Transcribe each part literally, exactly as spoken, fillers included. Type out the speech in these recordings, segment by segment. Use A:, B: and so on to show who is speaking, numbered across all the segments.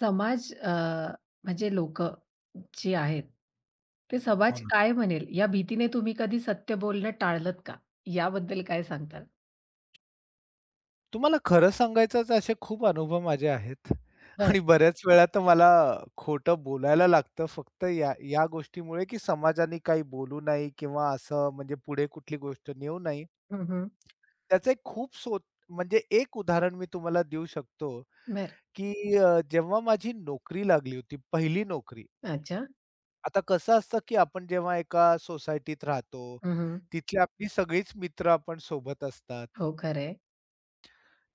A: समाज अ, म्हणजे लोकं जी आहेत, ते
B: हो
A: समाज
B: ना.
A: काय म्हणेल या भीतीने तुम्ही कधी सत्य बोलणं टाळलत का? याबद्दल काय सांगताल?
B: तुम्हाला खरं सांगायचंच असे खूप अनुभव माझे आहेत
A: बरं.
B: आणि बऱ्याच वेळा तर मला खोटं बोलायला लागतं फक्त या या गोष्टीमुळे, की समाजाने काही बोलू नाही किंवा असं म्हणजे पुढे कुठली गोष्ट नेऊ नाही.
A: हं, हं.
B: त्याचं एक खूप सो म्हणजे एक उदाहरण मी तुम्हाला देऊ शकतो,
A: बरं.
B: की अ, जेव्हा माझी नोकरी लागली होती, पहिली नोकरी.
A: अच्छा.
B: आता कसं असतं, की आपण जेव्हा एका सोसायटीत राहतो,
A: हं, हं.
B: तिथली आपली सगळीच मित्र आपण सोबत असतात.
A: हो, खरं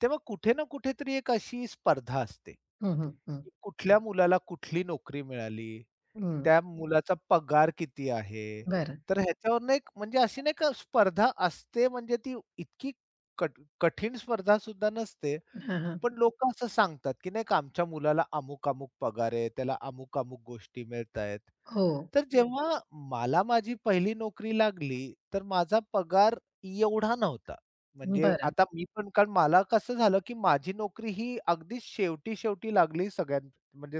B: तेव्हा कुठे ना कुठेतरी एक अशी स्पर्धा असते. की
A: हं, हं, हं.
B: कुठल्या मुलाला कुठली नोकरी मिळाली,
A: हं.
B: त्या मुलाचा पगार किती आहे.
A: बरं.
B: तर ह्याच्यावरनं एक म्हणजे अशी नाही का स्पर्धा असते म्हणजे ती इतकी कठ कठीण स्पर्धा सुद्धा नसते.
A: हां, हां.
B: पण लोकं असं सांगतात, की नाही का आमच्या मुलाला अमुक-अमुक पगार आहे, त्याला अमुक-अमुक गोष्टी मिळतायेत.
A: हो.
B: तर जेव्हा मला माझी पहिली नोकरी लागली, तर माझा पगार एवढा नव्हता. म्हणजे
A: बरं.
B: आता मी पण कारण मला कसं झालं, की माझी नोकरी ही अगदी शेवटी-शेवटी लागली सगळ्यां म्हणजे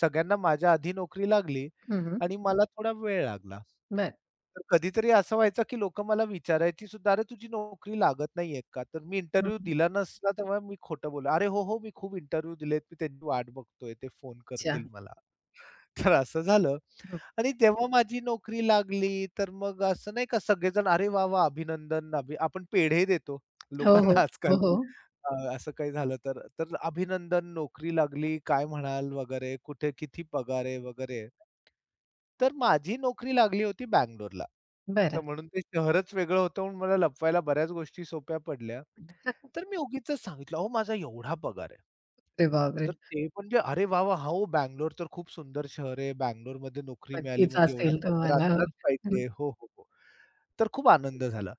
B: सगळ्यांना माझ्या आधी नोकरी लागली
A: हं, हं.
B: आणि मला थोडा वेळ लागला.
A: बरं.
B: तर कधीतरी असं व्हायचं, की लोकं मला विचारायची सुद्धा, "अरे, तुझी नोकरी लागत नाहीये का?" तर मी
A: हं,
B: इंटरव्ह्यू
A: हं.
B: दिला नसला, तेव्हा मी खोटं बोललो. "अरे, हो, हो, मी खूप इंटरव्ह्यू दिलेत. मी त्यांची वाट बघतोय, ते फोन
A: अच्छा.
B: करतील मला." तर असं झालं
A: हं.
B: आणि तेव्हा माझी नोकरी लागली, तर मग असं नाही का सगळेजण, "अरे वाह! वाह! अभिनंदन." अभि आपण पेढे देतो
A: हो, हो.
B: लोकांना
A: हो,
B: आजकाल.
A: हो.
B: अ, असं काही झालं तर. तर "अभिनंदन, नोकरी लागली. काय म्हणाल?" वगैरे, "कुठे किती पगार आहे?" वगैरे. तर माझी नोकरी लागली होती बंगलोरला. तर
A: बरं.
B: म्हणून ते शहरच वेगळं होतं म्हणून मला लपवायला बऱ्याच गोष्टी सोप्या पडल्या. तर मी उगीचच सांगितलं, "अहो माझा एवढा पगार आहे."
A: अरे
B: तर
A: बापरे!
B: ते म्हणजे "अरे वाह, वाह! हो, बंगलोर तर खूप सुंदर शहर आहे. बंगलोरमध्ये नोकरी मिळाली
A: नक्कीच
B: म्हणजे एवढा
A: असेल
B: पगार
A: तुम्हाला. हो.
B: असलाच पाहिजे." हो, हो, हो. तर खूप आनंद झाला.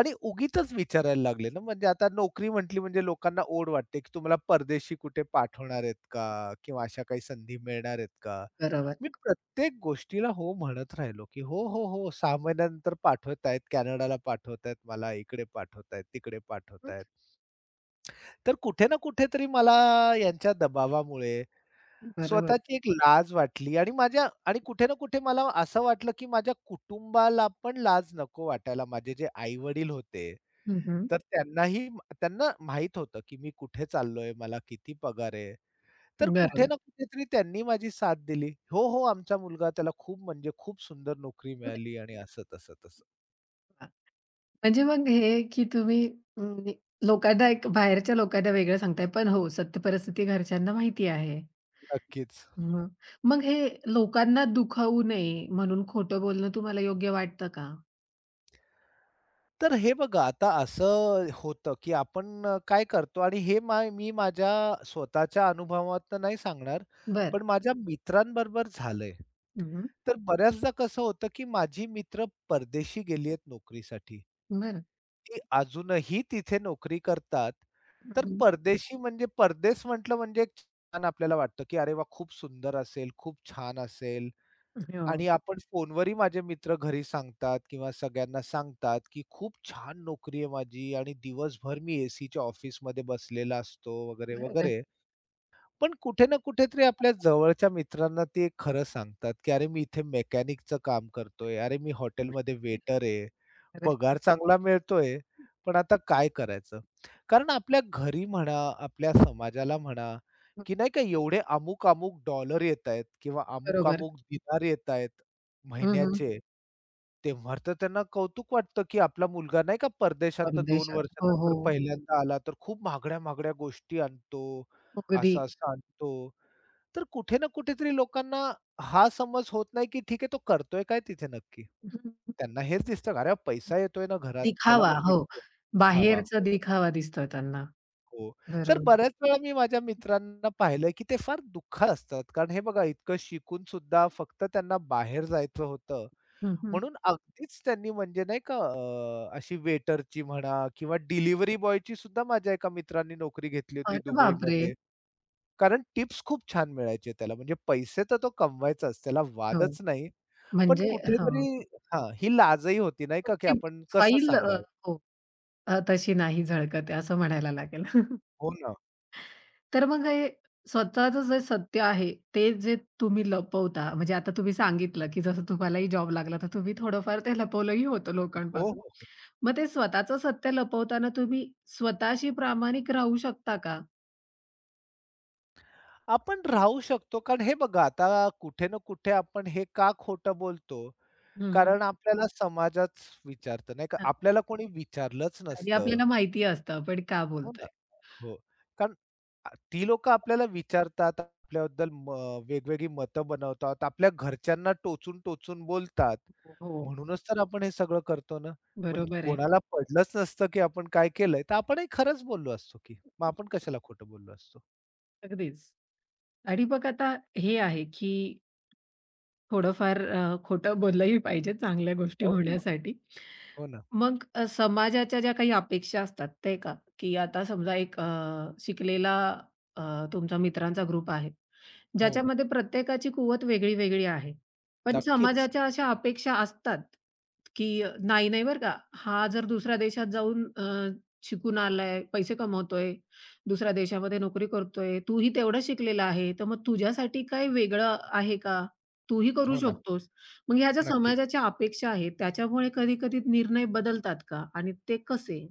B: आणि उगीचच विचारायला लागले ना, म्हणजे आता नोकरी म्हटली म्हणजे लोकांना ओढ वाटते, की तुम्हाला परदेशी कुठे पाठवणार आहेत का? किंवा अशा काही संधी मिळणार आहेत का?
A: बरोबर.
B: मी प्रत्येक गोष्टीला हो म्हणत राहिलो, की "हो, हो, हो. सहा महिन्यानंतर पाठवतायत, कॅनडाला पाठवतायत मला, इकडे पाठवतायत, तिकडे पाठवतायत." तर कुठे ना कुठेतरी मला यांच्या दबावामुळे
A: बरोबर.
B: स्वतःची एक लाज वाटली आणि माझ्या आणि कुठे ना कुठे मला असं वाटलं, की माझ्या कुटुंबाला पण लाज नको वाटायला. माझे जे आई-वडील होते,
A: हं, हं.
B: तर त्यांनाही त्यांना माहीत होतं, की मी कुठे चाललोय, मला किती पगार आहे. तर कुठे
A: बरोबर.
B: ना कुठेतरी त्यांनी माझी साथ दिली. "हो, हो, आमचा मुलगा त्याला खूप म्हणजे खूप सुंदर नोकरी मिळाली" आणि असं तसं तसं.
A: म्हणजे मग हे, की तुम्ही म्हणजे लोकांना एक बाहेरच्या लोकांना वेगळं सांगताय, पण हो, सत्य परिस्थिती घरच्यांना माहिती आहे.
B: नक्कीच.
A: मग मग हे लोकांना दुखावू नये म्हणून खोटं बोलणं तुम्हाला योग्य वाटतं का?
B: तर हे बघा आता असं होतं, की आपण अ, काय करतो आणि हे मा मी माझ्या स्वतःच्या अनुभवातनं नाही सांगणार,
A: बर
B: पण माझ्या मित्रांबरोबर झालंय.
A: हं, हं.
B: तर बऱ्याचदा कसं होतं, की माझी मित्र परदेशी गेली आहेत नोकरीसाठी.
A: बरं.
B: ती अजूनही तिथे नोकरी करतात.
A: हं,
B: तर
A: हं.
B: परदेशी म्हणजे परदेश म्हटलं म्हणजे एक छान आपल्याला वाटतं, की अरे वाह! खूप सुंदर असेल, खूप छान असेल.
A: हो.
B: आणि आपण फोनवरही माझे मित्र घरी सांगतात किंवा सगळ्यांना सांगतात, की खूप छान नोकरी आहे माझी आणि दिवसभर मी एसीच्या ऑफिसमध्ये बसलेला असतो वगैरे,
A: बरं.
B: वगैरे. पण कुठे ना कुठेतरी आपल्या जवळच्या मित्रांना ते खरं सांगतात, की "अरे, मी इथे मेकॅनिकचं काम करतोय. अरे, मी हॉटेलमध्ये वेटर आहे.
A: अरे,
B: पगार चांगला मिळतोय, पण आता काय करायचं?" कारण आपल्या घरी म्हणा, आपल्या समाजाला म्हणा, की नाही का एवढे अमुक-अमुक डॉलर येतायत किंवा
A: बरोबर.
B: अमुक-अमुक दिनार येतायत
A: हं, हं.
B: महिन्याचे. तेव्हा तर त्यांना कौतुक वाटतं, की आपला मुलगा नाही का परदेशातनं दोन
A: परदेशात. हो,
B: वर्षानंतर
A: हो.
B: पहिल्यांदा आला, तर खूप महागड्या-महागड्या गोष्टी आणतो.
A: अगदी.
B: असा सांगतो. तर कुठे ना कुठेतरी लोकांना हा समज होत नाही, की ठीक आहे तो करतोय काय तिथे नक्की?
A: हं.
B: त्यांना हेच दिसतं, "अरे पैसा येतोय ना घरात, चला
A: दिखावा.
B: म्हणजे
A: हो.
B: इतकं खावा."
A: बाहेरचा
B: हो,
A: दिखावा दिसतोय त्यांना.
B: हो. तर
A: बरोबर.
B: बऱ्याच वेळा मी माझ्या मित्रांना पाहिलंय, की ते फार दुःखात असतात. कारण हे बघा इतकं शिकून सुद्धा फक्त त्यांना बाहेर जायचं होतं.
A: हं, हं.
B: म्हणून अगदीच त्यांनी म्हणजे नाही का अ, अशी वेटरची म्हणा किंवा डिलिव्हरी बॉयची सुद्धा माझ्या एका मित्रांनी नोकरी घेतली होती
A: अरे बापरे!
B: दुबईमध्ये. कारण टिप्स खूप छान मिळायचे त्याला. म्हणजे पैसे तर तो कमवायचाच, त्याला
A: हो.
B: वादच नाही. पण
A: म्हणजे हां,
B: कुठेतरी हां, ही लाजही होती नाही का, की
A: तुमची
B: आपण कसं
A: फाईल अ,
B: सांगावं?
A: हो, अ, तशी नाही झळकत आहे असं म्हणायला लागेल.
B: हो ना.
A: तर मग हे स्वतःचं जे सत्य आहे, ते जे तुम्ही लपवता, म्हणजे आता तुम्ही सांगितलं, की जसं तुम्हालाही जॉब लागला, तर तुम्ही थोडंफार ते लपवलंही होतं
B: हो,
A: लोकांपासून.
B: हो. हो.
A: मग ते स्वतःचं सत्य लपवताना तुम्ही स्वतःशी प्रामाणिक राहू शकता का?
B: आपण राहू शकतो कारण हे बघा आता कुठे ना कुठे आपण हे का खोटं बोलतो?
A: हं, हं.
B: कारण आपल्याला समाजच विचारतं नाही का.
A: हां,
B: आपल्याला कोणी विचारलंच
A: आणि
B: नसतं.
A: आपल्याला माहिती असतं आपण का
B: हो ना.
A: बोलतोय.
B: हो. कारण अ, ती लोकं आपल्याला विचारतात, आपल्याबद्दल म वेगवेगळी मतं बनवतात, आपल्या घरच्यांना टोचून-टोचून बोलतात.
A: हो,
B: म्हणूनच तर आपण हे सगळं करतो ना. मग
A: बरोबर आहे.
B: कोणाला पडलंच नसतं, की आपण काय केलंय, तर आपणही खरंच बोललो असतो की. मग आपण कशाला खोटं बोललो असतो.
A: अगदीच. आणि मग आता हे आहे, की थोडंफार अ, खोटं बोललंही पाहिजे चांगल्या गोष्टी
B: हो
A: होण्यासाठी.
B: हो ना.
A: मग अ, समाजाच्या ज्या काही अपेक्षा असतात, ते का? की आता समजा एक अ, शिकलेला अ, तुमचा मित्रांचा ग्रुप आहे,
B: हो.
A: ज्याच्यामध्ये प्रत्येकाची कुवत वेगळी-वेगळी आहे. पण
B: नक्कीच.
A: समाजाच्या अशा अपेक्षा असतात, की अ, "नाही, नाही बरं का, हा जर दुसऱ्या देशात जाऊन अ, शिकून आलाय, पैसे कमवतोय, दुसऱ्या देशामध्ये नोकरी करतोय, तूही तेवढं शिकलेला आहे, तर मग तुझ्यासाठी काही वेगळं आहे का? तूही करू
B: हो ना.
A: शकतोस." मग ह्या ज्या
B: नक्कीच.
A: समाजाच्या अपेक्षा आहेत, त्याच्यामुळे कधी-कधी निर्णय बदलतात का? आणि ते कसे?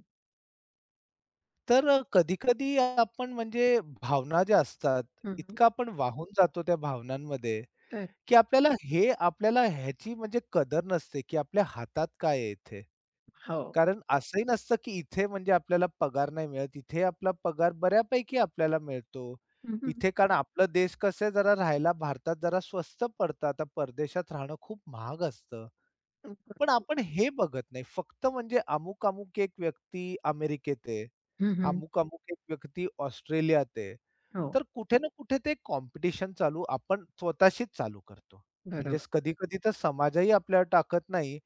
B: तर कधी-कधी आपण म्हणजे भावना ज्या असतात,
A: हं, हं.
B: इतकं आपण वाहून जातो त्या भावनांमध्ये, की आपल्याला हे आपल्याला ह्याची म्हणजे कदर नसते, की आपल्या हातात काय आहे इथे.
A: हो.
B: कारण असंही नसतं की इथे म्हणजे आपल्याला पगार नाही मिळत. इथे आपला पगार बऱ्यापैकी आपल्याला मिळतो.
A: हं, हं.
B: इथे कारण आपला देश कसं आहे जरा राहायला भारतात जरा स्वस्त पडतं. आता परदेशात राहणं खूप महाग असतं.
A: हं,
B: पण
A: बरोबर.
B: आपण हे बघत नाही. फक्त म्हणजे अमुक-अमुक एक व्यक्ती अमेरिकेत आहे.
A: हं, हं.
B: अमुक-अमुक एक व्यक्ती ऑस्ट्रेलियात आहे.
A: हो.
B: तर कुठे ना कुठे ते कॉम्पिटिशन चालू आपण स्वतःशीच चालू करतो.
A: बरोबर.
B: म्हणजेच कधी-कधी तर समाजही आपल्यावर टाकत नाही,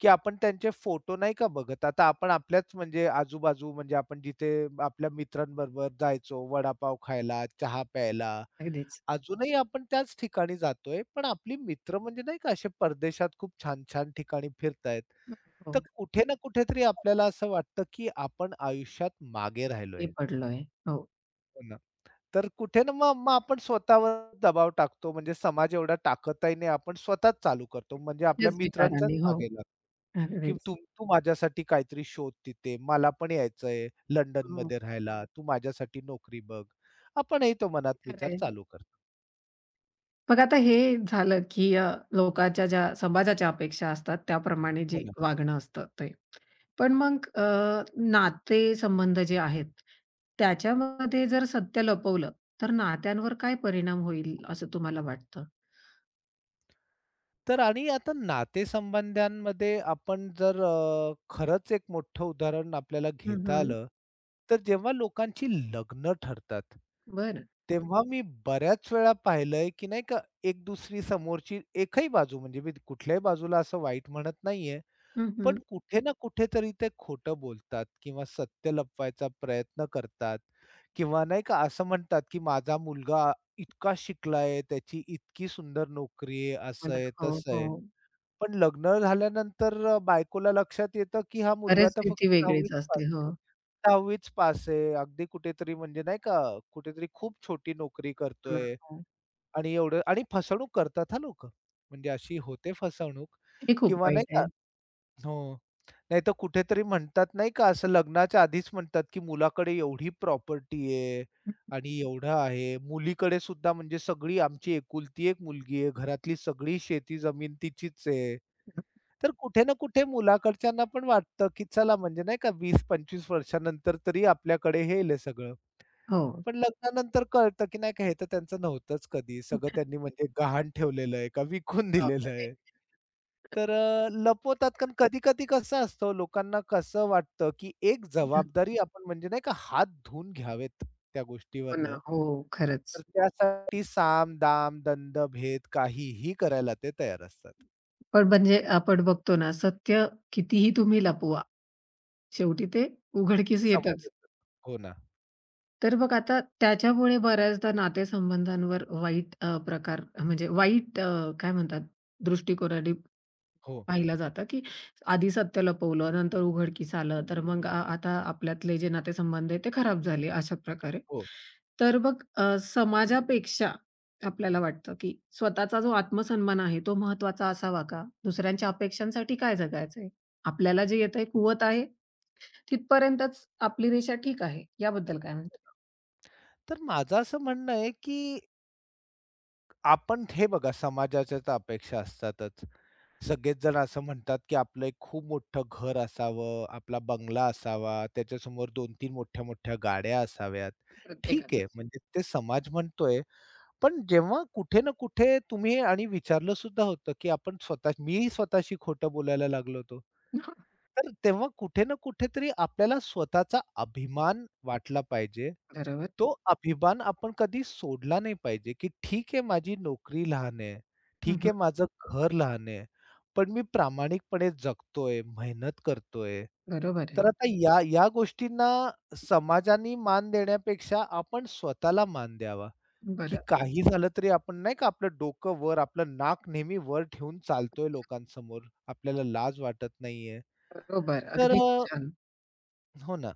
B: की आपण त्यांचे फोटो नाही का बघत. आता आपण आपल्याच म्हणजे आजूबाजू म्हणजे आपण जिथे आपल्या मित्रांबरोबर जायचो वडापाव खायला, चहा प्यायला
A: अगदीच.
B: अजूनही आपण त्याच ठिकाणी जातोय, पण आपली मित्र म्हणजे नाही का असे परदेशात खूप छान-छान ठिकाणी फिरतायत.
A: हं.
B: तर
A: हो.
B: कुठे ना कुठेतरी आपल्याला असं वाटतं, की आपण आयुष्यात मागे राहिलोय.
A: हे पडलोय. हो.
B: हो ना. तर कुठे ना मग मग आपण स्वतःवर दबाव टाकतो. म्हणजे समाज एवढा टाकतही नाही. आपण स्वतःच चालू करतो. म्हणजे आपल्या
A: माझ्याच
B: मित्रांच्याच
A: विचारांनी. हो.
B: मागे लागतो, की
A: अगदीच.
B: "तू तू माझ्यासाठी काहीतरी शोध तिथे. मला पण यायचंय
A: हो.
B: लंडनमध्ये राहायला. तू माझ्यासाठी नोकरी बघ." आपणही तो मनात विचार
A: खरं
B: चालू करतो.
A: मग आता हे झालं, की अ, लोकांच्या ज्या समाजाच्या अपेक्षा असतात त्याप्रमाणे
B: हो
A: जे
B: ना.
A: वागणं असतं ते. पण मग अ, नाते संबंध जे आहेत, त्याच्यामध्ये जर सत्य लपवलं, तर नात्यांवर काय परिणाम होईल असं तुम्हाला वाटतं?
B: तर आणि आता नातेसंबंधांमध्ये आपण जर अ, खरंच एक मोठं उदाहरण आपल्याला
A: हं,
B: घेता
A: हं.
B: आलं, तर जेव्हा लोकांची लग्न ठरतात,
A: बरं.
B: तेव्हा मी बऱ्याच वेळा पाहिलंय, की नाही का एक दुसरी समोरची एकही बाजू म्हणजे मी कुठल्याही बाजूला असं वाईट म्हणत नाहीये,
A: हं,
B: पण
A: हं.
B: कुठे ना कुठेतरी ते खोटं बोलतात किंवा सत्य लपवायचा प्रयत्न करतात किंवा नाही का असं म्हणतात, की माझा मुलगा इतका शिकला त्याची इतकी सुंदर नोकरी आहे,
A: हो
B: असं
A: ना.
B: आहे,
A: हो,
B: तसं
A: हो.
B: आहे. पण लग्न झाल्यानंतर अ, बायकोला लक्षात येतं, की हा मुलगा तर फक्त
A: परिस्थिती
B: दहावीच
A: वेगळीच
B: पास
A: असते.
B: आहे.
A: हो.
B: दहावीच पास आहे. अगदी कुठेतरी म्हणजे नाही का, कुठेतरी खूप छोटी नोकरी
A: हो ना.
B: करतोय
A: हो.
B: आणि एवढं आणि फसवणूक करतात हां लोकं. म्हणजे अशी होते फसवणूक
A: हे खूप
B: किंवा
A: वाईट
B: नाही का
A: आहे.
B: हो. नाहीतर कुठेतरी म्हणतात नाही का, असं लग्नाच्या आधीच म्हणतात, की मुलाकडे एवढी प्रॉपर्टी आहे आणि एवढं आहे. मुलीकडे सुद्धा म्हणजे सगळी आमची एकुलती एक मुलगी आहे. घरातली सगळी शेती जमीन तिचीच आहे. तर कुठे ना कुठे मुलाकडच्यांना पण वाटतं, की चला म्हणजे नाही का वीस पंचवीस वर्षानंतर तरी आपल्याकडे येईल हे येईल सगळं.
A: हो.
B: पण लग्नानंतर कळतं, की नाही का हे तर त्यांचं नव्हतंच कधी. सगळं त्यांनी म्हणजे गहाण ठेवलेलं आहे का विकून दिलेलं
A: बापरे!
B: आहे. तर अ, लपवतात कारण कधी-कधी कसं असतं हो, लोकांना कसं वाटतं, की एक जबाबदारी आपण म्हणजे नाही का हात धुवून घ्यावेत त्या
A: हो
B: गोष्टीवरनं.
A: ना. हो,
B: तर
A: खरंच.
B: त्यासाठी साम, दाम, दंड, भेद काहीही करायला ते तयार असतात.
A: पण म्हणजे आपण बघतो ना, सत्य कितीही तुम्ही लपवा, शेवटी ते उघडकीस
B: समोर
A: येतच.
B: येतात. हो ना.
A: तर मग आता त्याच्यामुळे बऱ्याचदा नातेसंबंधांवर वाईट अ, प्रकार म्हणजे वाईट अ, काय म्हणतात दृष्टिकोनाने
B: हो,
A: पाहिलं जातं, की आधी सत्य लपवलं, नंतर उघडकीस आलं, तर मग आ आता आपल्यातले जे नातेसंबंध आहेत ते खराब झाले, अशा प्रकारे.
B: हो.
A: तर मग अ, समाजापेक्षा आपल्याला वाटतं, की स्वतःचा जो आत्मसन्मान आहे, तो महत्वाचा असावा का? दुसऱ्यांच्या अपेक्षांसाठी काय जगायचंय? आपल्याला जे येतंय, कुवत आहे, तिथपर्यंतच आपली रेषा ठीक आहे. याबद्दल काय म्हणता?
B: तर माझं असं म्हणणं आहे, की आपण हे बघा समाजाच्या तर अपेक्षा असतातच. सगळेच जण असं म्हणतात, की आपलं एक खूप मोठं घर असावं, आपला बंगला असावा, त्याच्यासमोर दोन तीन मोठ्या-मोठ्या गाड्या असाव्यात. ठीक आहे,
A: प्रत्येकाचंच.
B: म्हणजे ते समाज म्हणतोय. पण जेव्हा कुठे ना कुठे तुम्ही आणि विचारलं सुद्धा होतं, की आपण स्वतः मीही स्वतःशी खोटं बोलायला लागलो होतो. तर तेव्हा कुठे ना कुठेतरी आपल्याला स्वतःचा अभिमान वाटला पाहिजे.
A: बरोबर.
B: तो अभिमान आपण कधी सोडला नाही पाहिजे, की ठीक आहे माझी नोकरी लहान आहे, ठीक
A: हं,
B: आहे माझं घर लहान आहे, पण मी प्रामाणिकपणे जगतोय, मेहनत करतोय.
A: बरोबर आहे.
B: तर आता या या गोष्टींना समाजाने मान देण्यापेक्षा आपण स्वतःला मान द्यावा, की
A: बरं,
B: काही झालं तरी आपण नाही का आपलं डोकं वर, आपलं नाक नेहमी वर ठेवून चालतोय लोकांसमोर, आपल्याला लाज वाटत नाहीये.
A: बरोबर.
B: तर
A: अगदी छान.
B: हो ना.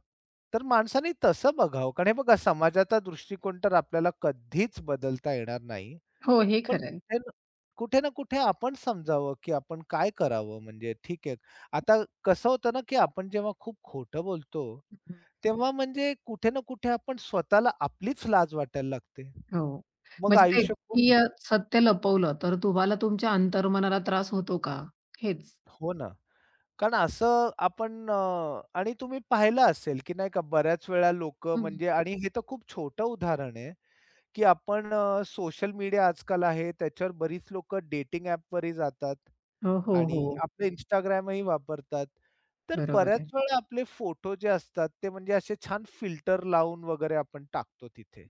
B: तर माणसाने तसं बघावं. कारण हे बघा समाजाचा दृष्टिकोन तर आपल्याला कधीच बदलता येणार नाही.
A: हो, हे
B: पण
A: खरं
B: कुठे ना कुठे ना कुठे आपण समजावं, की आपण काय करावं म्हणजे ठीक आहे. आता कसं होतं ना, की आपण जेव्हा खूप खोटं बोलतो,
A: आहे.
B: तेव्हा म्हणजे कुठे ना कुठे आपण स्वतःला आपलीच लाज वाटायला लागते.
A: हो.
B: मग
A: म्हणजे ते
B: आयुष्य खूप
A: की अ, सत्य लपवलं तर तुम्हाला तुमच्या अंतर्मनाला त्रास होतो का? हेच.
B: हो ना. कारण असं आपण अ, आणि तुम्ही पाहिलं असेल, की नाही का बऱ्याच वेळा लोकं
A: हं.
B: म्हणजे आणि हे तर खूप छोटं उदाहरण आहे. की आपण सोशल मीडिया आजकाल आहे त्याच्यावर बरीच लोकं डेटिंग ॲपवरही जातात
A: हो, हो,
B: आणि
A: हो.
B: आपलं Instagramही वापरतात. तर
A: बरोबर आहे.
B: बऱ्याच वेळा आपले फोटो जे असतात ते म्हणजे असे छान फिल्टर लावून वगैरे आपण टाकतो तिथे.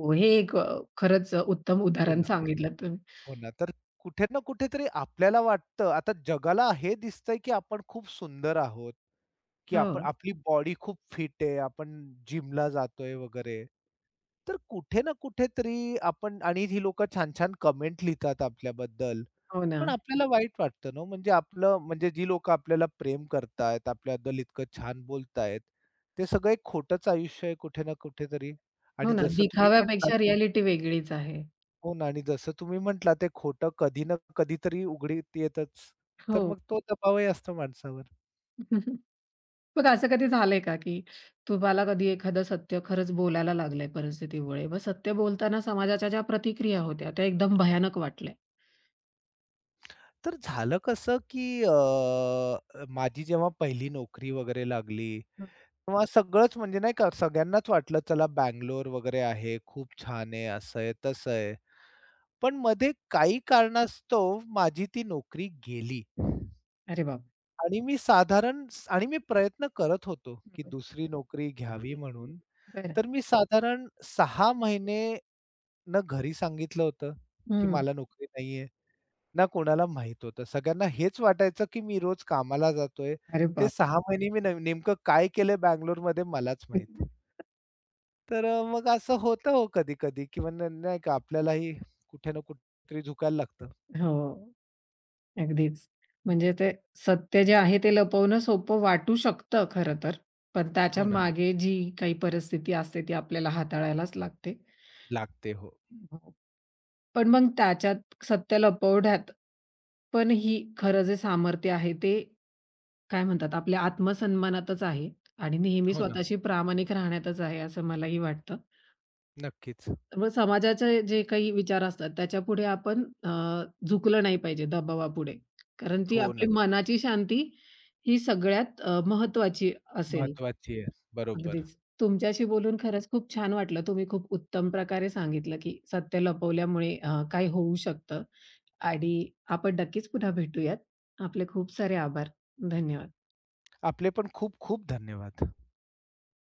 A: हो, हे एक अ, खरंच उत्तम
B: हो
A: उदाहरण
B: ना,
A: सांगितलं तुम्ही.
B: हो ना. तर कुठे ना कुठेतरी आपल्याला वाटतं आता जगाला हे दिसतंय की आपण खूप सुंदर आहोत. की
A: हो,
B: आपण आपली बॉडी खूप फिट आहे, आपण जिमला जातोय वगैरे. तर कुठे ना कुठेतरी आपण आणि ही लोकं छान-छान कमेंट लिहितात आपल्याबद्दल.
A: हो ना.
B: पण आपल्याला वाईट वाटतं ना हो, म्हणजे आपलं म्हणजे जी लोकं आपल्याला प्रेम करतायत, आपल्याबद्दल इतकं छान बोलतायत, ते सगळं एक खोटंच आयुष्य आहे कुठे ना कुठेतरी. आणि
A: हो ना.
B: जसं तुम्ही म्हटलात
A: दिखाव्यापेक्षा रिॲलिटी वेगळीच आहे.
B: हो ना आणि जसं तुम्ही म्हटलात ते खोटं कधी ना कधीतरी उघडीत येतच. तर
A: हो.
B: मग तो दबावही असतो माणसावर.
A: मग असं कधी झालंय का, की तुम्हाला कधी एखादं सत्य खरंच बोलायला लागलंय परिस्थितीमुळे, मग सत्य बोलताना समाजाच्या ज्या प्रतिक्रिया होत्या त्या एकदम भयानक वाटल्या?
B: तर झालं कसं, की अ, माझी जेव्हा पहिली नोकरी वगैरे लागली,
A: हं.
B: तेव्हा सगळंच म्हणजे नाही का सगळ्यांनाच वाटलं चला बंगलोर वगैरे आहे, खूप छान आहे, असं आहे, तसं आहे. पण मध्ये काही कारणास्तव माझी ती नोकरी गेली
A: अरे बाप!
B: आणि मी साधारण आणि मी प्रयत्न करत होतो, की
A: हं.
B: दुसरी नोकरी घ्यावी म्हणून.
A: बरं.
B: तर मी साधारण सहा महिने न घरी सांगितलं होतं, की
A: हं.
B: मला नोकरी नाहीये. ना कोणाला माहीत होतं. सगळ्यांना हेच वाटायचं, की मी रोज कामाला जातोय.
A: अरे
B: ते
A: बाप!
B: सहा महिने मी न नेमकं काय केलंय बंगलोरमध्ये मलाच माहीत. तर अ, मग असं होतं हो कधी-कधी किंवा न नाही का आपल्यालाही कुठे ना कुठेतरी झुकायला लागतं.
A: हो, अगदीच. म्हणजे ते सत्य जे आहे ते लपवणं सोपं वाटू शकतं खरं तर. पण त्याच्या
B: हो ना.
A: मागे जी काही परिस्थिती असते ती आपल्याला हाताळायलाच लागते.
B: लागते. हो.
A: हो. पण मग त्याच्यात सत्य लपवण्यात पण ही खरं जे सामर्थ्य आहे ते काय म्हणतात आपल्या आत्मसन्मानातच आहे आणि नेहमी
B: हो ना.
A: स्वतःशी प्रामाणिक राहण्यातच आहे असं मलाही वाटतं.
B: नक्कीच.
A: मग समाजाचे जे काही विचार असतात त्याच्यापुढे आपण अ, झुकलं नाही पाहिजे दबावापुढे. कारण ती
B: हो
A: आपली
B: ना.
A: मनाची शांती ही सगळ्यात अ, महत्त्वाची असेल.
B: महत्वाची आहे. बरोबर.
A: अगदीच. तुमच्याशी बोलून खरंच खूप छान वाटलं. तुम्ही खूप उत्तम प्रकारे सांगितलं, की सत्य लपवल्यामुळे अ, काय होऊ शकतं आणि आपण नक्कीच पुन्हा भेटूयात. आपले खूप सारे आभार. धन्यवाद.
B: आपले पण खूप खूप धन्यवाद.